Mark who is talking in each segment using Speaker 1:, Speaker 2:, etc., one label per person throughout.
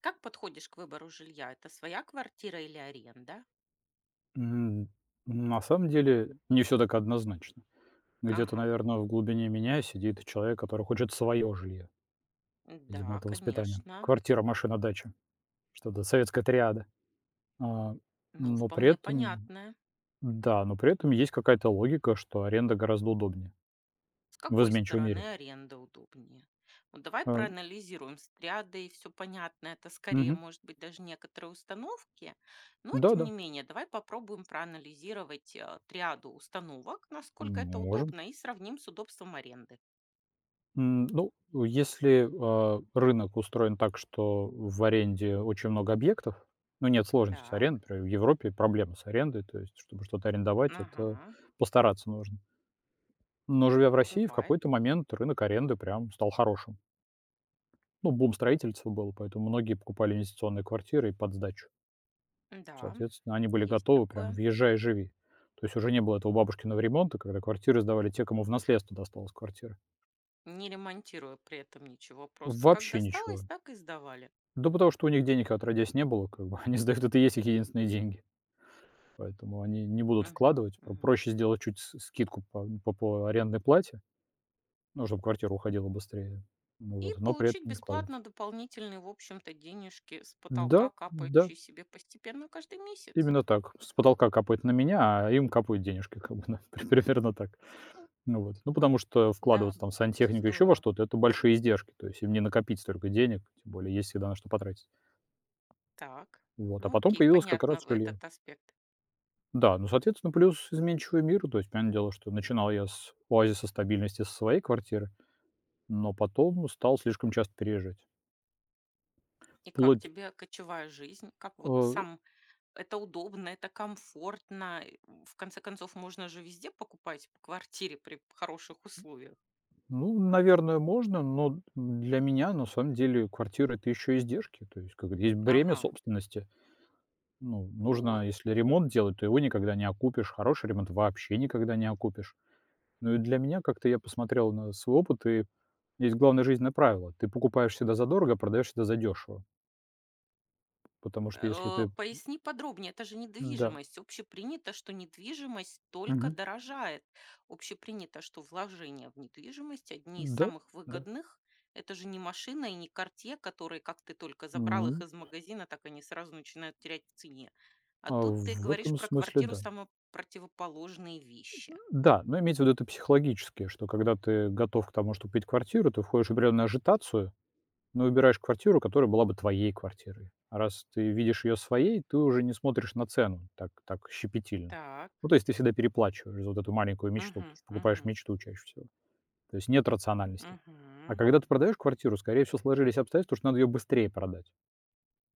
Speaker 1: Как подходишь к выбору жилья? Это своя квартира или аренда?
Speaker 2: М, на самом деле не все так однозначно. Где-то,
Speaker 1: Ага.
Speaker 2: наверное, в глубине меня сидит человек, который хочет свое жилье. Видимо,
Speaker 1: Да,
Speaker 2: это воспитание.
Speaker 1: конечно.
Speaker 2: Квартира, машина, дача. Что-то советская триада. А,
Speaker 1: Ну,
Speaker 2: но при
Speaker 1: вполне
Speaker 2: этом
Speaker 1: понятно.
Speaker 2: Да, но при этом есть какая-то логика, что аренда гораздо удобнее
Speaker 1: С
Speaker 2: в
Speaker 1: какой
Speaker 2: изменчивом мире.
Speaker 1: стороны аренда удобнее? Ну, давай
Speaker 2: А,
Speaker 1: проанализируем стряды и все понятно. Это скорее,
Speaker 2: Мгм.
Speaker 1: может быть, даже некоторые установки. Но, тем
Speaker 2: Да-да,
Speaker 1: не менее, давай попробуем проанализировать триаду установок, насколько это
Speaker 2: можем.
Speaker 1: удобно, и сравним с удобством аренды.
Speaker 2: Ну, если, рынок устроен так, что в аренде очень много объектов, ну, нет сложности с
Speaker 1: Так,
Speaker 2: арендой. Например, в Европе проблема с арендой, то есть, чтобы что-то арендовать, это
Speaker 1: ага,
Speaker 2: постараться нужно. Но живя в России, в
Speaker 1: бывает.
Speaker 2: какой-то момент рынок аренды прям стал хорошим. Ну, бум строительства был, поэтому многие покупали инвестиционные квартиры и под сдачу.
Speaker 1: Да,
Speaker 2: Соответственно, они были
Speaker 1: есть
Speaker 2: готовы прям
Speaker 1: такое.
Speaker 2: «въезжай, живи». То есть уже не было этого бабушкиного ремонта, когда квартиры сдавали те, кому в наследство досталась квартира.
Speaker 1: Не ремонтируя при этом ничего, просто как
Speaker 2: Вообще ничего.
Speaker 1: досталось, так и сдавали.
Speaker 2: Да потому что у них денег отродясь не было, как бы. Они сдают, это и есть их единственные деньги. Поэтому они не будут
Speaker 1: Мгм,
Speaker 2: вкладывать.
Speaker 1: мгм.
Speaker 2: Проще сделать чуть с скидку по арендной плате, ну, чтоб квартира уходила быстрее. Ну
Speaker 1: И
Speaker 2: вот, но при этом
Speaker 1: получить
Speaker 2: не
Speaker 1: бесплатно
Speaker 2: вкладывать.
Speaker 1: дополнительные, в общем-то, денежки с
Speaker 2: Да,
Speaker 1: потолка,
Speaker 2: да,
Speaker 1: капающие себе постепенно каждый месяц.
Speaker 2: именно так. С потолка капает на меня, а им капают денежки, как бы, да, примерно так. Ну вот. Ну, потому что
Speaker 1: Да,
Speaker 2: вкладываться там в
Speaker 1: все
Speaker 2: сантехнику, еще во
Speaker 1: здорово.
Speaker 2: что-то — это большие издержки. То есть им не накопить столько денег, тем более есть всегда на что потратить.
Speaker 1: Так,
Speaker 2: Вот. А
Speaker 1: ну
Speaker 2: потом
Speaker 1: окей,
Speaker 2: появилось как раз
Speaker 1: понятно в
Speaker 2: жилье.
Speaker 1: этот аспект.
Speaker 2: Да, ну, соответственно, плюс изменчивый мир. То есть, понятное дело, что начинал я с оазиса стабильности со своей квартиры, но потом стал слишком часто переезжать.
Speaker 1: И как
Speaker 2: Вплоть,
Speaker 1: тебе кочевая жизнь? Как вот
Speaker 2: э,
Speaker 1: сам это удобно, это комфортно? В конце концов, можно же везде покупать по квартире при хороших условиях.
Speaker 2: ну, наверное, можно, но для меня, на самом деле, квартира — это еще издержки. То есть, как бы есть бремя
Speaker 1: Ага,
Speaker 2: собственности. Ну,
Speaker 1: вот.
Speaker 2: нужно, если ремонт делать, то его никогда не окупишь. Хороший ремонт вообще никогда не окупишь. Ну и для меня как-то я посмотрел на свой опыт, и есть главное жизненное правило: ты покупаешь всегда задорого, продаешь всегда задешево. Потому что если ты.
Speaker 1: Поясни подробнее, это же
Speaker 2: Да.
Speaker 1: недвижимость. Общепринято, что недвижимость только
Speaker 2: Мгм.
Speaker 1: дорожает. Общепринято, что вложения в недвижимость одни из
Speaker 2: Да,
Speaker 1: самых
Speaker 2: да.
Speaker 1: выгодных. Это же не машина и не карте, которые, как ты только забрал их
Speaker 2: М,
Speaker 1: из магазина, так они сразу начинают терять в цене. А
Speaker 2: а
Speaker 1: тут ты
Speaker 2: в
Speaker 1: говоришь
Speaker 2: этом
Speaker 1: про
Speaker 2: смысле
Speaker 1: квартиру
Speaker 2: да.
Speaker 1: самые противоположные вещи.
Speaker 2: Да, но имеется в виду это психологически, что когда ты готов к тому, чтобы купить квартиру, ты входишь в определенную ажитацию, но выбираешь квартиру, которая была бы твоей квартирой. А раз ты видишь ее своей, ты уже не смотришь на цену так щепетильно.
Speaker 1: Так.
Speaker 2: Ну, то есть ты всегда переплачиваешь за вот эту маленькую мечту,
Speaker 1: Угу,
Speaker 2: потому что покупаешь
Speaker 1: угу,
Speaker 2: мечту чаще всего. То есть нет рациональности. А
Speaker 1: угу.
Speaker 2: когда ты продаешь квартиру, скорее всего, сложились обстоятельства, что надо ее быстрее продать.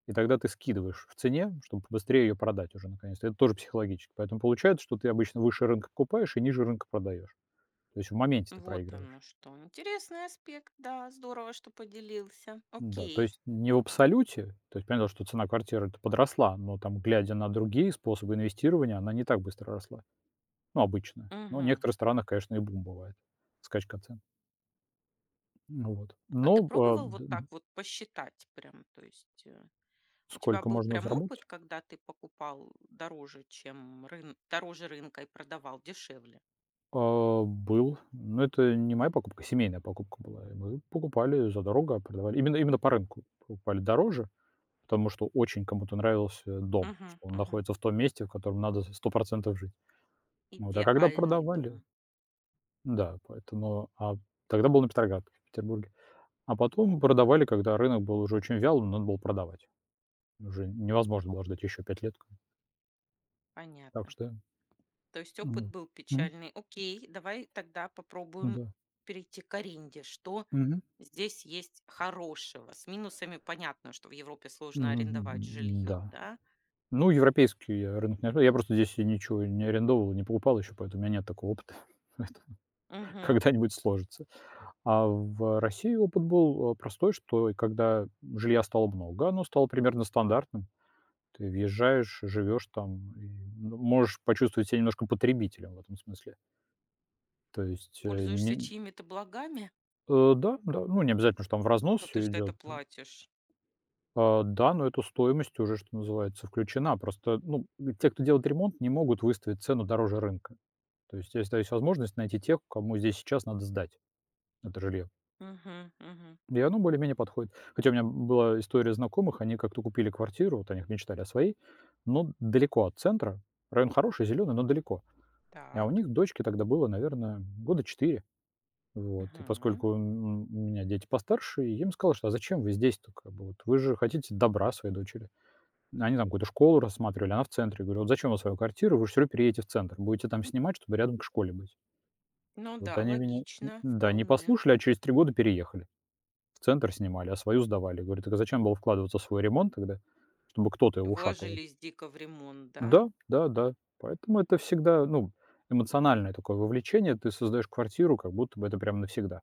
Speaker 2: И тогда ты скидываешь в цене, чтобы побыстрее ее продать уже наконец-то. Это тоже психологически. Поэтому получается, что ты обычно выше рынка покупаешь и ниже рынка продаешь. То есть в моменте ты
Speaker 1: Вот
Speaker 2: проигрываешь.
Speaker 1: оно что. Интересный аспект, да, здорово, что поделился.
Speaker 2: Да, то
Speaker 1: Окей.
Speaker 2: есть не в абсолюте, то есть понятно, что цена квартиры это подросла, но там, глядя на другие способы инвестирования, она не так быстро росла. Ну, обычно. Но в
Speaker 1: Угу.
Speaker 2: некоторых странах, конечно, и бум бывает. Скачка цен. Ну вот.
Speaker 1: А ты пробовал вот так вот посчитать прям? То есть у тебя
Speaker 2: Сколько
Speaker 1: был
Speaker 2: можно
Speaker 1: прям опыт,
Speaker 2: заработать?
Speaker 1: когда ты покупал дороже, чем дороже рынка и продавал дешевле?
Speaker 2: Был. Но это не моя покупка, семейная покупка была. И мы покупали задорого, продавали. Именно по рынку покупали дороже, потому что очень кому-то нравился дом,
Speaker 1: Мгм,
Speaker 2: что он
Speaker 1: мгм.
Speaker 2: находится в том месте, в котором надо сто процентов жить. Вот, а когда
Speaker 1: Идеальный дом.
Speaker 2: продавали да, поэтому, тогда был на Петроградке, в Петербурге. А потом продавали, когда рынок был уже очень вялым, надо было продавать. Уже невозможно было ждать еще 5 лет. Так
Speaker 1: Понятно.
Speaker 2: что,
Speaker 1: То есть опыт
Speaker 2: ну,
Speaker 1: был
Speaker 2: м,
Speaker 1: печальный. Окей, давай тогда
Speaker 2: мгм,
Speaker 1: попробуем
Speaker 2: да.
Speaker 1: перейти к аренде. Что
Speaker 2: Мгм.
Speaker 1: здесь есть хорошего? С минусами понятно, что в Европе сложно арендовать жилье,
Speaker 2: Да.
Speaker 1: да?
Speaker 2: Ну, европейский я рынок не осва я просто здесь и ничего не арендовывал, не покупал еще, поэтому у меня нет такого опыта. Поэтому
Speaker 1: Мгм.
Speaker 2: когда-нибудь сложится. А в России опыт был, простой, что и когда жилья стало много, оно стало примерно стандартным. Ты въезжаешь, живешь там и, ну, можешь почувствовать себя немножко потребителем в этом смысле. То есть,
Speaker 1: Пользуешься
Speaker 2: не,
Speaker 1: чьими-то благами?
Speaker 2: да, да, ну, не обязательно, что там в разнос
Speaker 1: Ну ты же
Speaker 2: все
Speaker 1: за это
Speaker 2: идет.
Speaker 1: платишь.
Speaker 2: Да, но эта стоимость уже, что называется, включена. Просто, ну, те, кто делает ремонт, не могут выставить цену дороже рынка. То есть, если есть возможность найти тех, кому здесь сейчас надо сдать это жилье.
Speaker 1: Мгм, мгм.
Speaker 2: И оно более-менее подходит. Хотя у меня была история знакомых, они как-то купили квартиру, вот они мечтали о своей, но далеко от центра. Район хороший, зеленый, но далеко. А у
Speaker 1: Так.
Speaker 2: них дочке тогда было, наверное, года 4. Вот. И
Speaker 1: Мгм.
Speaker 2: поскольку у меня дети постарше, я им сказал, что а зачем вы здесь-то? Как бы, вот вы же хотите добра своей дочери. Они там какую-то школу рассматривали, она в центре. Я говорю: «Вот зачем вам свою квартиру? Вы же всё равно переедете в центр. Будете там снимать, чтобы рядом к школе быть».
Speaker 1: Ну
Speaker 2: Вот
Speaker 1: да,
Speaker 2: они меня, н
Speaker 1: логично,
Speaker 2: да, не
Speaker 1: вполне.
Speaker 2: послушали, а через 3 года переехали. В центр снимали, а свою сдавали. Говорю: «Так а зачем было вкладываться в свой ремонт тогда, чтобы кто-то его ушатывал?»
Speaker 1: Вложились дико в ремонт, да?
Speaker 2: Да, да, да. Поэтому это всегда, ну, эмоциональное такое вовлечение. Ты создаешь квартиру, как будто бы это прям навсегда.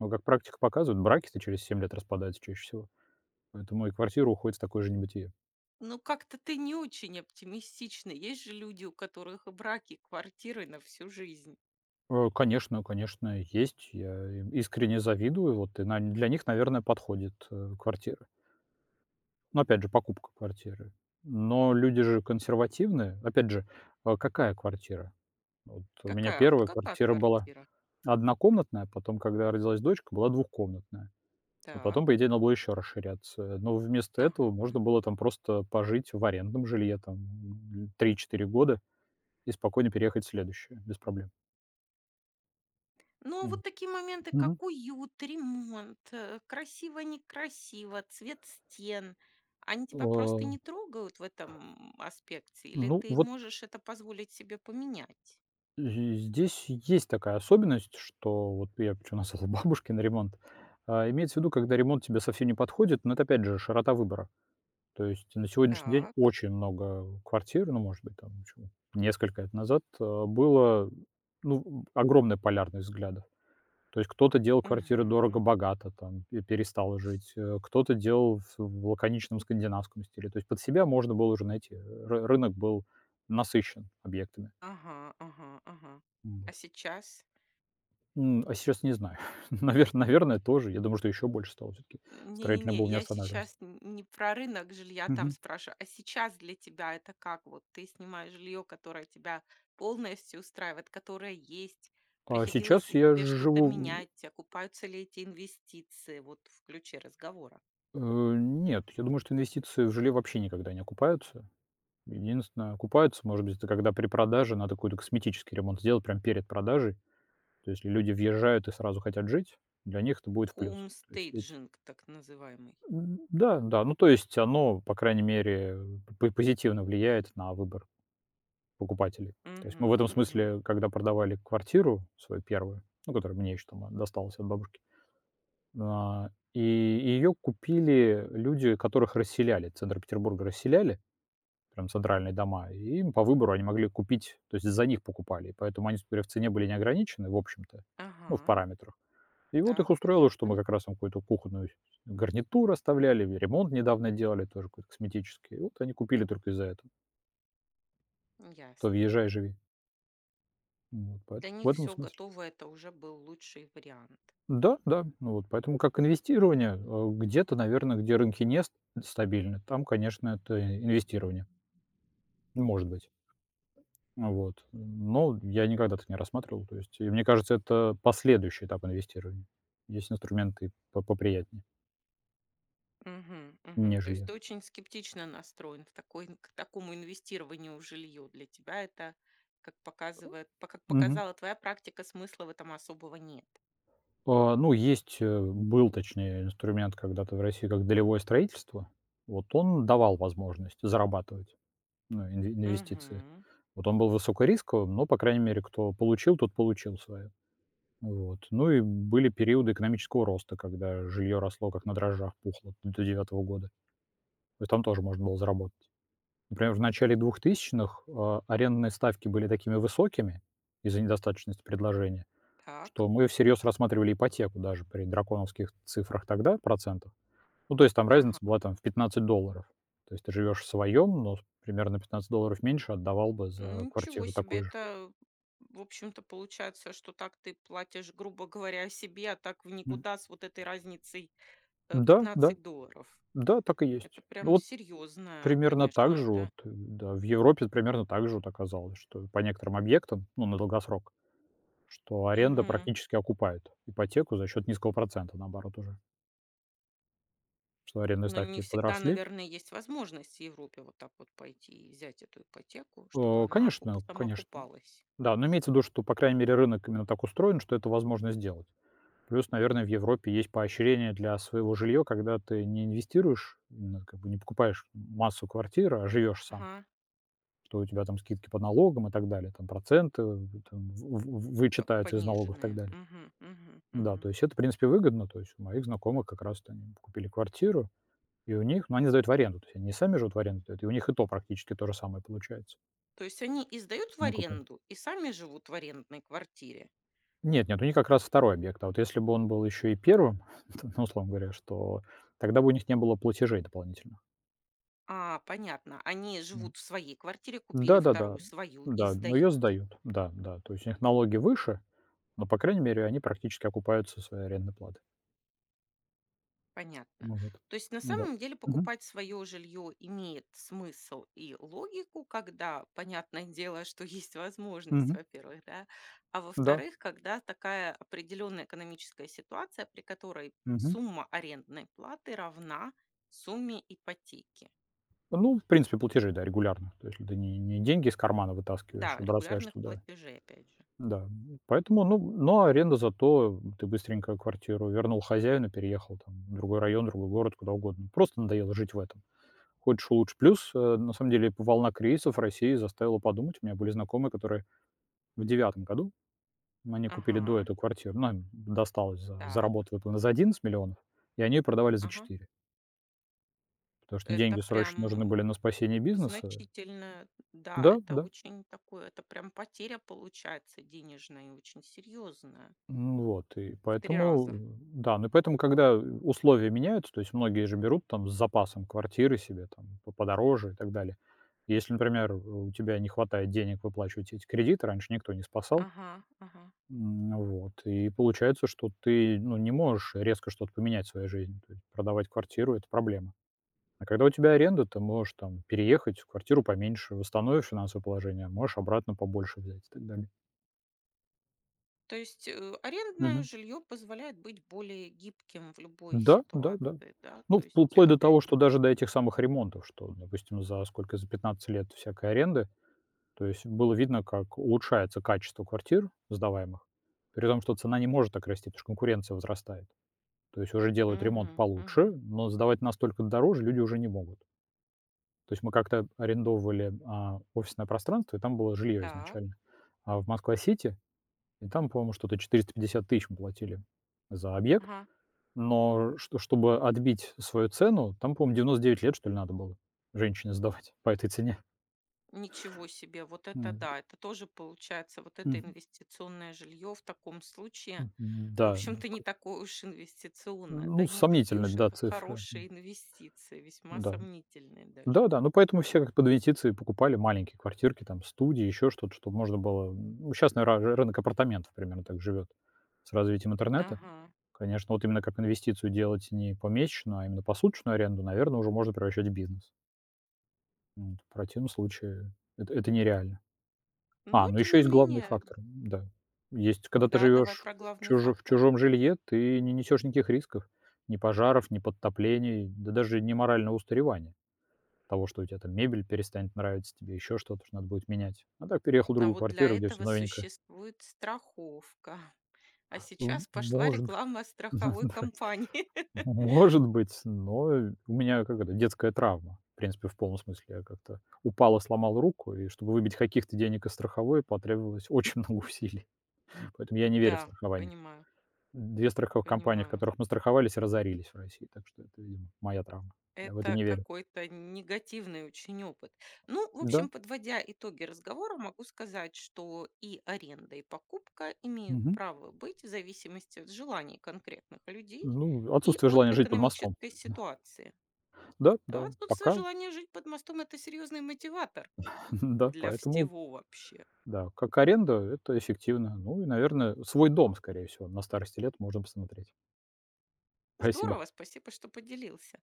Speaker 2: Но, как практика показывает, браки-то через 7 лет распадаются чаще всего. Поэтому и квартира уходит в такое же небытие.
Speaker 1: Ну, как-то ты не очень оптимистичный. Есть же люди, у которых и браки, и квартиры на всю жизнь.
Speaker 2: Конечно, конечно, есть. Я им искренне завидую. Вот и на для них, наверное, подходит, квартира. Ну, опять же, покупка квартиры. Но люди же консервативные. Опять же, какая квартира? Вот у меня
Speaker 1: Какая? Вот
Speaker 2: первая
Speaker 1: какая
Speaker 2: квартира была
Speaker 1: квартира?
Speaker 2: однокомнатная, потом, когда родилась дочка, была двухкомнатная. Вот потом,
Speaker 1: Так.
Speaker 2: по идее, надо было еще расширяться. Но вместо этого
Speaker 1: Ага.
Speaker 2: можно было там просто пожить в арендном жилье там, 3-4 года и спокойно переехать в следующее без проблем.
Speaker 1: Ну, а вот
Speaker 2: М.
Speaker 1: такие моменты,
Speaker 2: Мгм.
Speaker 1: как уют, ремонт, красиво, некрасиво, цвет стен, они тебя просто
Speaker 2: Э,
Speaker 1: не трогают в этом аспекте, или
Speaker 2: ну,
Speaker 1: ты
Speaker 2: вот
Speaker 1: можешь это позволить себе поменять?
Speaker 2: З здесь есть такая особенность, что вот я причем наслал бабушки на ремонт. Имеется в виду, когда ремонт тебе совсем не подходит, но это опять же широта выбора. То есть на сегодняшний день
Speaker 1: Так.
Speaker 2: очень много квартир, ну, может быть, там чё, несколько лет назад, было, ну, огромная полярность взглядов. То есть кто-то делал квартиры
Speaker 1: Мгм.
Speaker 2: дорого-богато, там, и перестал жить, кто-то делал в лаконичном скандинавском стиле. То есть под себя можно было уже найти. Э, Ры Рынок был насыщен объектами.
Speaker 1: Ага, ага, ага. А сейчас?
Speaker 2: А сейчас не знаю. Наверное, тоже. Я думаю, что еще больше стало всё-таки. Строительный
Speaker 1: Не-не-не,
Speaker 2: бум не
Speaker 1: я
Speaker 2: останавливался.
Speaker 1: сейчас н не про рынок жилья там
Speaker 2: Мгм.
Speaker 1: спрашиваю, а сейчас для тебя это как? Вот ты снимаешь жилье, которое тебя полностью устраивает, которое есть.
Speaker 2: А
Speaker 1: Приходилось
Speaker 2: сейчас
Speaker 1: ли
Speaker 2: я
Speaker 1: тебе что-то
Speaker 2: живу,
Speaker 1: менять? Окупаются ли эти инвестиции? Вот в ключе разговора.
Speaker 2: нет, я думаю, что инвестиции в жилье вообще никогда не окупаются. Единственное, окупаются, может быть, это когда при продаже надо какой-то косметический ремонт сделать прямо перед продажей. То есть если люди въезжают и сразу хотят жить, для них это будет в плюс. То есть эти,
Speaker 1: Homestaging, так называемый.
Speaker 2: да, да, ну, то есть оно, по крайней мере, п позитивно влияет на выбор покупателей. То есть мы в
Speaker 1: Мгм,
Speaker 2: этом
Speaker 1: мгм.
Speaker 2: смысле, когда продавали квартиру свою первую, ну, которая мне еще там досталась от бабушки, а, и ее купили люди, которых расселяли, центр Петербурга расселяли, прям центральные дома, и им по выбору они могли купить, то есть за них покупали, и поэтому они теперь в цене были не ограничены, в общем-то, ну, в
Speaker 1: Ага,
Speaker 2: параметрах. И вот их
Speaker 1: так,
Speaker 2: устроило, что мы
Speaker 1: понятно,
Speaker 2: как раз им какую-то кухонную гарнитуру оставляли, ремонт недавно делали, тоже какой-то косметический. И вот они купили только из-за этого. То
Speaker 1: ясно.
Speaker 2: въезжай, живи. Вот,
Speaker 1: Для
Speaker 2: поэтому в
Speaker 1: них
Speaker 2: этом
Speaker 1: все
Speaker 2: смысле.
Speaker 1: готово, это уже был лучший вариант.
Speaker 2: Да, да. Ну вот, поэтому как инвестирование, где-то, наверное, где рынки не с стабильны, там, конечно, это инвестирование, может быть. Ну вот. Но я никогда так не рассматривал. То есть, и мне кажется, это последующий этап инвестирования. Есть инструменты по поприятнее,
Speaker 1: Мгм, мгм. То есть
Speaker 2: нежели.
Speaker 1: ты очень скептично настроен в такой к такому инвестированию в жилье. Для тебя это, как показывает по как
Speaker 2: Мгм.
Speaker 1: показала твоя практика, смысла в этом особого нет.
Speaker 2: Ну, есть, был, точнее, инструмент когда-то в России, как долевое строительство. Вот он давал возможность зарабатывать. Ну, инвестиции.
Speaker 1: Угу,
Speaker 2: Вот он был высокорисковым, но, по крайней мере, кто получил, тот получил свое. Вот. Ну и были периоды экономического роста, когда жилье росло как на дрожжах, пухло до девятого года. То есть там тоже можно было заработать. Например, в начале двухтысячных арендные ставки были такими высокими из-за недостаточности предложения, что
Speaker 1: так.
Speaker 2: мы всерьез рассматривали ипотеку даже при драконовских цифрах тогда, процентов. Ну, то есть там разница
Speaker 1: Ага.
Speaker 2: была там в $15. То есть ты живешь в своем, но примерно $15 меньше отдавал бы за
Speaker 1: Ничего
Speaker 2: квартиру
Speaker 1: себе!
Speaker 2: такую же.
Speaker 1: Это, в общем-то, получается, что так ты платишь, грубо говоря, себе, а так в
Speaker 2: М.
Speaker 1: никуда с вот этой разницей,
Speaker 2: Да, да,
Speaker 1: 15 долларов.
Speaker 2: да, так и есть.
Speaker 1: Это
Speaker 2: Ну,
Speaker 1: прям
Speaker 2: вот
Speaker 1: серьезная,
Speaker 2: примерно
Speaker 1: конечно,
Speaker 2: так же вот,
Speaker 1: это
Speaker 2: да, в Европе примерно так же вот оказалось, что по некоторым объектам, ну, на долгосрок, что аренда
Speaker 1: мгм.
Speaker 2: практически окупает ипотеку за счет низкого процента, наоборот, уже, что арендные
Speaker 1: Но не
Speaker 2: ставки
Speaker 1: всегда,
Speaker 2: подросли.
Speaker 1: наверное, есть возможность в Европе вот так вот пойти и взять эту ипотеку, чтобы она
Speaker 2: Конечно,
Speaker 1: сама
Speaker 2: конечно.
Speaker 1: окупалась.
Speaker 2: Да, но имеется в виду, что, по крайней мере, рынок именно так устроен, что это возможно сделать. Плюс, наверное, в Европе есть поощрение для своего жилья, когда ты не инвестируешь, именно как бы не покупаешь массу квартир, а живешь сам.
Speaker 1: Ага,
Speaker 2: Что у тебя там скидки по налогам и так далее, там проценты, там
Speaker 1: по-
Speaker 2: вычитаются из налогов и так
Speaker 1: пониженные.
Speaker 2: далее.
Speaker 1: Мгм, мгм,
Speaker 2: Да,
Speaker 1: мгим.
Speaker 2: то есть это, в принципе, выгодно. То есть у моих знакомых как раз они купили квартиру, и у них, ну, они сдают в аренду, то есть они не сами живут в аренду, сдают, и у них и то практически то же самое получается.
Speaker 1: То есть они и сдают в
Speaker 2: Ну, как бы-
Speaker 1: аренду, и сами живут в арендной квартире.
Speaker 2: Нет, нет, у них как раз второй объект. А вот если бы он был еще и первым, то, ну, условно говоря, что тогда бы у них не было платежей дополнительно.
Speaker 1: А, понятно. Они
Speaker 2: М.
Speaker 1: живут в своей квартире, купили
Speaker 2: Да-да-да.
Speaker 1: вторую свою и
Speaker 2: Да, но ее
Speaker 1: сдают.
Speaker 2: сдают. Да, да. То есть у них налоги выше, но, по крайней мере, они практически окупаются своей арендной платой.
Speaker 1: Понятно.
Speaker 2: Ну вот.
Speaker 1: То есть на
Speaker 2: Да.
Speaker 1: самом деле
Speaker 2: Мгм.
Speaker 1: покупать свое жилье имеет смысл и логику, когда, понятное дело, что есть возможность,
Speaker 2: Мгм.
Speaker 1: во-первых, да, а
Speaker 2: Да.
Speaker 1: во-вторых, когда такая определенная экономическая ситуация, при которой
Speaker 2: Мгм.
Speaker 1: сумма арендной платы равна сумме ипотеки.
Speaker 2: Ну, в принципе, платежи, да, регулярно. То есть это не деньги из кармана
Speaker 1: Да,
Speaker 2: вытаскиваешь и бросаешь
Speaker 1: регулярных
Speaker 2: туда.
Speaker 1: платежей, опять же.
Speaker 2: Да. Поэтому, ну, но аренда зато ты быстренько квартиру вернул хозяину, переехал там в другой район, другой город, куда угодно. Просто надоело жить в этом. Лучше. Плюс, на самом деле, волна кризисов в России заставила подумать. У меня были знакомые, которые в девятом году они купили до
Speaker 1: Ага,
Speaker 2: эту квартиру. Ну, им досталось за
Speaker 1: так,
Speaker 2: работу выплата за 11 миллионов, и они её продавали за
Speaker 1: ага.
Speaker 2: 4, потому что
Speaker 1: Это
Speaker 2: деньги срочно нужны
Speaker 1: прям
Speaker 2: были на спасение бизнеса.
Speaker 1: значительно, да,
Speaker 2: Да,
Speaker 1: это
Speaker 2: да.
Speaker 1: очень такое, это прям потеря получается денежная и очень серьезная.
Speaker 2: Ну вот. И
Speaker 1: В 3
Speaker 2: поэтому,
Speaker 1: раза.
Speaker 2: да, ну и поэтому, когда условия меняются, то есть многие же берут там с запасом квартиры себе там по подороже и так далее. Если, например, у тебя не хватает денег выплачивать эти кредиты, раньше никто не спасал.
Speaker 1: Ага, ага.
Speaker 2: Вот. И получается, что ты, ну, не можешь резко что-то поменять в своей жизни. То есть продавать квартиру — это проблема. А когда у тебя аренда, ты можешь там переехать в квартиру поменьше, восстановишь финансовое положение, а можешь обратно побольше взять и так далее.
Speaker 1: То есть арендное
Speaker 2: Мгм.
Speaker 1: жилье позволяет быть более гибким в любой
Speaker 2: Да, да, да.
Speaker 1: ситуации, да?
Speaker 2: Ну,
Speaker 1: То
Speaker 2: впл
Speaker 1: есть,
Speaker 2: вплоть до
Speaker 1: опять
Speaker 2: того, что
Speaker 1: же,
Speaker 2: даже до этих самых ремонтов, что, допустим, за сколько, за 15 лет всякой аренды, то есть было видно, как улучшается качество квартир сдаваемых, при том, что цена не может так расти, потому что конкуренция возрастает. То есть уже делают ремонт
Speaker 1: угу,
Speaker 2: получше,
Speaker 1: угу.
Speaker 2: но сдавать настолько дороже люди уже не могут. То есть мы как-то арендовывали, офисное пространство, и там было жилье
Speaker 1: Так,
Speaker 2: изначально, в Москва-Сити, и там, по-моему, что-то 450 тысяч мы платили за объект.
Speaker 1: ага.
Speaker 2: Но чтобы отбить свою цену, там, по-моему, 99 лет, что ли, надо было женщине сдавать по этой цене.
Speaker 1: Ничего себе, вот это
Speaker 2: Ну вот.
Speaker 1: да, это тоже получается, вот это
Speaker 2: Мгм.
Speaker 1: инвестиционное жилье в таком случае в
Speaker 2: Да, ну,
Speaker 1: общем-то, не
Speaker 2: как
Speaker 1: такое уж инвестиционное, да,
Speaker 2: Ну,
Speaker 1: не такие
Speaker 2: сомнительные,
Speaker 1: уж
Speaker 2: да,
Speaker 1: это
Speaker 2: цифры.
Speaker 1: хорошие инвестиции, весьма
Speaker 2: Да.
Speaker 1: сомнительные даже.
Speaker 2: Да-да, ну, поэтому все как под инвестиции покупали маленькие квартирки, там, студии, еще что-то, чтобы можно было. Сейчас, наверное, рынок апартаментов примерно так живет. С развитием интернета,
Speaker 1: Ага.
Speaker 2: конечно, вот именно как инвестицию делать не помесячную, а именно посуточную аренду, наверное, уже можно превращать в бизнес. Вот. В противном случае это нереально. А,
Speaker 1: Но,
Speaker 2: ну,
Speaker 1: тем
Speaker 2: еще
Speaker 1: не
Speaker 2: есть главный
Speaker 1: менее,
Speaker 2: фактор, да. Есть, когда ты
Speaker 1: да, давай
Speaker 2: живешь
Speaker 1: про главный
Speaker 2: в
Speaker 1: фактор.
Speaker 2: чужом жилье, ты не несешь никаких рисков: ни пожаров, ни подтоплений, да даже не морального устаревания. Того, что у тебя там мебель перестанет нравиться, тебе еще что-то, что надо будет менять. А так переехал в
Speaker 1: А
Speaker 2: другую
Speaker 1: вот для
Speaker 2: квартиру, где все
Speaker 1: этого
Speaker 2: новенькое.
Speaker 1: существует страховка. А сейчас пошла
Speaker 2: Может быть.
Speaker 1: реклама страховой компании.
Speaker 2: Да, может быть, но у меня, как это, детская травма. В принципе, в полном смысле. Я как-то упал и сломал руку, и чтобы выбить каких-то денег из страховой, потребовалось очень много усилий. Поэтому я не верю в
Speaker 1: Да,
Speaker 2: страхование.
Speaker 1: понимаю,
Speaker 2: 2 страховых компании, в
Speaker 1: понимаю.
Speaker 2: которых мы страховались, разорились в России. Так что это, видимо, моя травма. Я в это
Speaker 1: Это
Speaker 2: не верю.
Speaker 1: какой-то негативный очень опыт. Ну, в общем,
Speaker 2: Да.
Speaker 1: подводя итоги разговора, могу сказать, что и аренда, и покупка имеют
Speaker 2: Мгм.
Speaker 1: право быть в зависимости от желаний конкретных людей
Speaker 2: Ну,
Speaker 1: и
Speaker 2: отсутствие
Speaker 1: от
Speaker 2: желания жить под мостом.
Speaker 1: экономической ситуации.
Speaker 2: Да,
Speaker 1: А
Speaker 2: да.
Speaker 1: отсутствие
Speaker 2: Пока.
Speaker 1: желания жить под мостом– это серьезный мотиватор
Speaker 2: Да,
Speaker 1: для
Speaker 2: поэтому,
Speaker 1: всего вообще.
Speaker 2: да, как аренда — это эффективно. Ну и, наверное, свой дом, скорее всего, на старости лет можно посмотреть. Спасибо.
Speaker 1: Здорово, спасибо, что поделился.